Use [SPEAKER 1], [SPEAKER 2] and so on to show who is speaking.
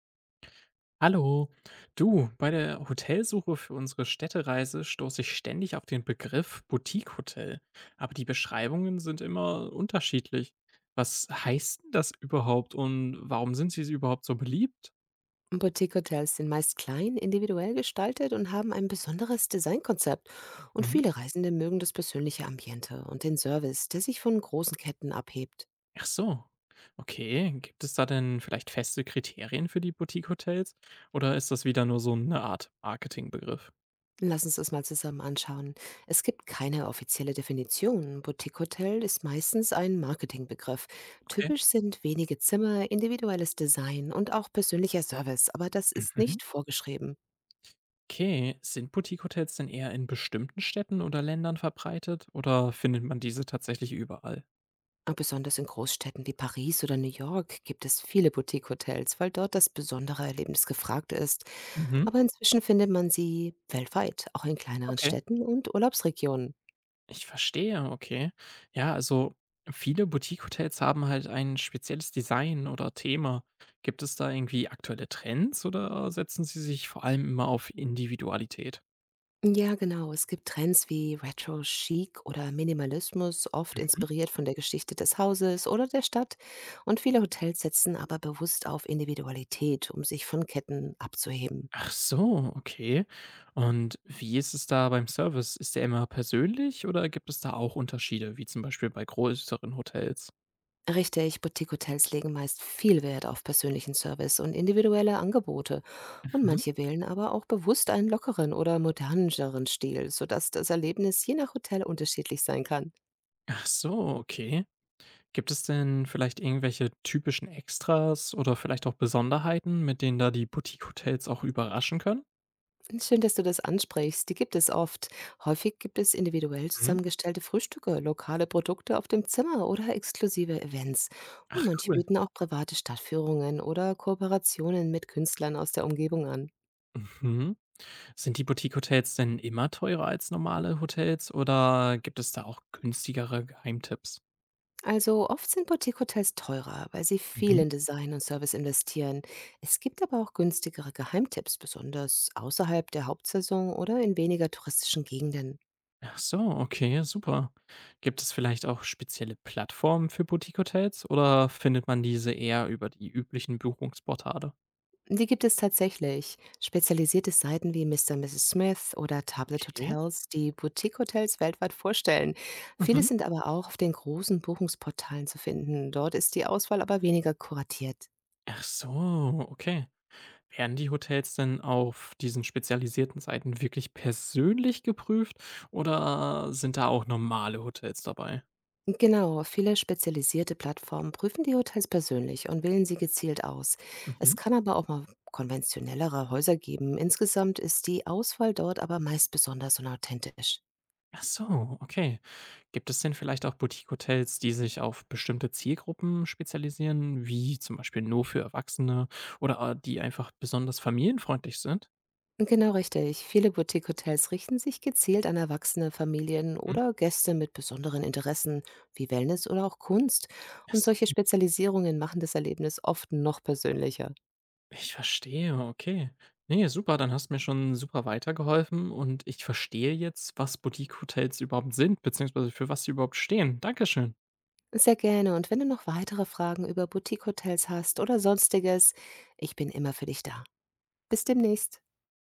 [SPEAKER 1] Hallo, du, bei der Hotelsuche für unsere Städtereise stoße ich ständig auf den Begriff Boutique-Hotel, aber die Beschreibungen sind immer unterschiedlich. Was heißt denn das überhaupt und warum sind sie überhaupt so beliebt?
[SPEAKER 2] Boutique-Hotels sind meist klein, individuell gestaltet und haben ein besonderes Designkonzept. Und
[SPEAKER 1] Mhm.
[SPEAKER 2] viele Reisende mögen das persönliche Ambiente und den Service, der sich von großen Ketten abhebt.
[SPEAKER 1] Ach so, okay, gibt es da denn vielleicht feste Kriterien für die Boutique-Hotels oder ist das wieder nur so eine Art Marketingbegriff?
[SPEAKER 2] Lass uns das mal zusammen anschauen. Es gibt keine offizielle Definition. Boutique-Hotel ist meistens ein Marketingbegriff.
[SPEAKER 1] Okay.
[SPEAKER 2] Typisch sind wenige Zimmer, individuelles Design und auch persönlicher Service, aber das ist
[SPEAKER 1] Mhm.
[SPEAKER 2] nicht vorgeschrieben.
[SPEAKER 1] Okay, sind Boutique-Hotels denn eher in bestimmten Städten oder Ländern verbreitet oder findet man diese tatsächlich überall?
[SPEAKER 2] Und besonders in Großstädten wie Paris oder New York gibt es viele Boutique-Hotels, weil dort das besondere Erlebnis gefragt ist.
[SPEAKER 1] Mhm.
[SPEAKER 2] Aber inzwischen findet man sie weltweit, auch in kleineren
[SPEAKER 1] Okay.
[SPEAKER 2] Städten und Urlaubsregionen.
[SPEAKER 1] Ich verstehe, okay. Ja, also viele Boutique-Hotels haben halt ein spezielles Design oder Thema. Gibt es da irgendwie aktuelle Trends oder setzen sie sich vor allem immer auf Individualität?
[SPEAKER 2] Ja, genau. Es gibt Trends wie Retro-Chic oder Minimalismus, oft
[SPEAKER 1] Mhm.
[SPEAKER 2] inspiriert von der Geschichte des Hauses oder der Stadt. Und viele Hotels setzen aber bewusst auf Individualität, um sich von Ketten abzuheben.
[SPEAKER 1] Ach so, okay. Und wie ist es da beim Service? Ist der immer persönlich oder gibt es da auch Unterschiede, wie zum Beispiel bei größeren Hotels?
[SPEAKER 2] Richtig, Boutique-Hotels legen meist viel Wert auf persönlichen Service und individuelle Angebote. Und
[SPEAKER 1] Mhm.
[SPEAKER 2] manche wählen aber auch bewusst einen lockeren oder moderneren Stil, sodass das Erlebnis je nach Hotel unterschiedlich sein kann.
[SPEAKER 1] Ach so, okay. Gibt es denn vielleicht irgendwelche typischen Extras oder vielleicht auch Besonderheiten, mit denen da die Boutique-Hotels auch überraschen können?
[SPEAKER 2] Schön, dass du das ansprichst. Die gibt es oft. Häufig gibt es individuell
[SPEAKER 1] Mhm.
[SPEAKER 2] zusammengestellte Frühstücke, lokale Produkte auf dem Zimmer oder exklusive Events. Und
[SPEAKER 1] Ach
[SPEAKER 2] manche
[SPEAKER 1] cool.
[SPEAKER 2] bieten auch private Stadtführungen oder Kooperationen mit Künstlern aus der Umgebung an.
[SPEAKER 1] Mhm. Sind die Boutique-Hotels denn immer teurer als normale Hotels oder gibt es da auch günstigere Geheimtipps?
[SPEAKER 2] Also oft sind Boutique-Hotels teurer, weil sie viel
[SPEAKER 1] Mhm.
[SPEAKER 2] in Design und Service investieren. Es gibt aber auch günstigere Geheimtipps, besonders außerhalb der Hauptsaison oder in weniger touristischen Gegenden.
[SPEAKER 1] Ach so, okay, super. Gibt es vielleicht auch spezielle Plattformen für Boutique-Hotels oder findet man diese eher über die üblichen Buchungsportale?
[SPEAKER 2] Die gibt es tatsächlich. Spezialisierte Seiten wie Mr. Mrs. Smith oder Tablet
[SPEAKER 1] Okay.
[SPEAKER 2] Hotels, die Boutique-Hotels weltweit vorstellen. Viele
[SPEAKER 1] Mhm.
[SPEAKER 2] sind aber auch auf den großen Buchungsportalen zu finden. Dort ist die Auswahl aber weniger kuratiert.
[SPEAKER 1] Ach so, okay. Werden die Hotels denn auf diesen spezialisierten Seiten wirklich persönlich geprüft oder sind da auch normale Hotels dabei?
[SPEAKER 2] Genau, viele spezialisierte Plattformen prüfen die Hotels persönlich und wählen sie gezielt aus. Es
[SPEAKER 1] Mhm.
[SPEAKER 2] kann aber auch mal konventionellere Häuser geben. Insgesamt ist die Auswahl dort aber meist besonders und authentisch.
[SPEAKER 1] Ach so, okay. Gibt es denn vielleicht auch Boutique-Hotels, die sich auf bestimmte Zielgruppen spezialisieren, wie zum Beispiel nur für Erwachsene oder die einfach besonders familienfreundlich sind?
[SPEAKER 2] Genau richtig. Viele Boutique-Hotels richten sich gezielt an erwachsene Familien
[SPEAKER 1] Mhm.
[SPEAKER 2] oder Gäste mit besonderen Interessen wie Wellness oder auch Kunst. Und
[SPEAKER 1] so.
[SPEAKER 2] solche Spezialisierungen machen das Erlebnis oft noch persönlicher.
[SPEAKER 1] Ich verstehe, okay. Ne, super, dann hast du mir schon super weitergeholfen und ich verstehe jetzt, was Boutique-Hotels überhaupt sind, beziehungsweise für was sie überhaupt stehen. Dankeschön.
[SPEAKER 2] Sehr gerne. Und wenn du noch weitere Fragen über Boutique-Hotels hast oder sonstiges, ich bin immer für dich da. Bis demnächst.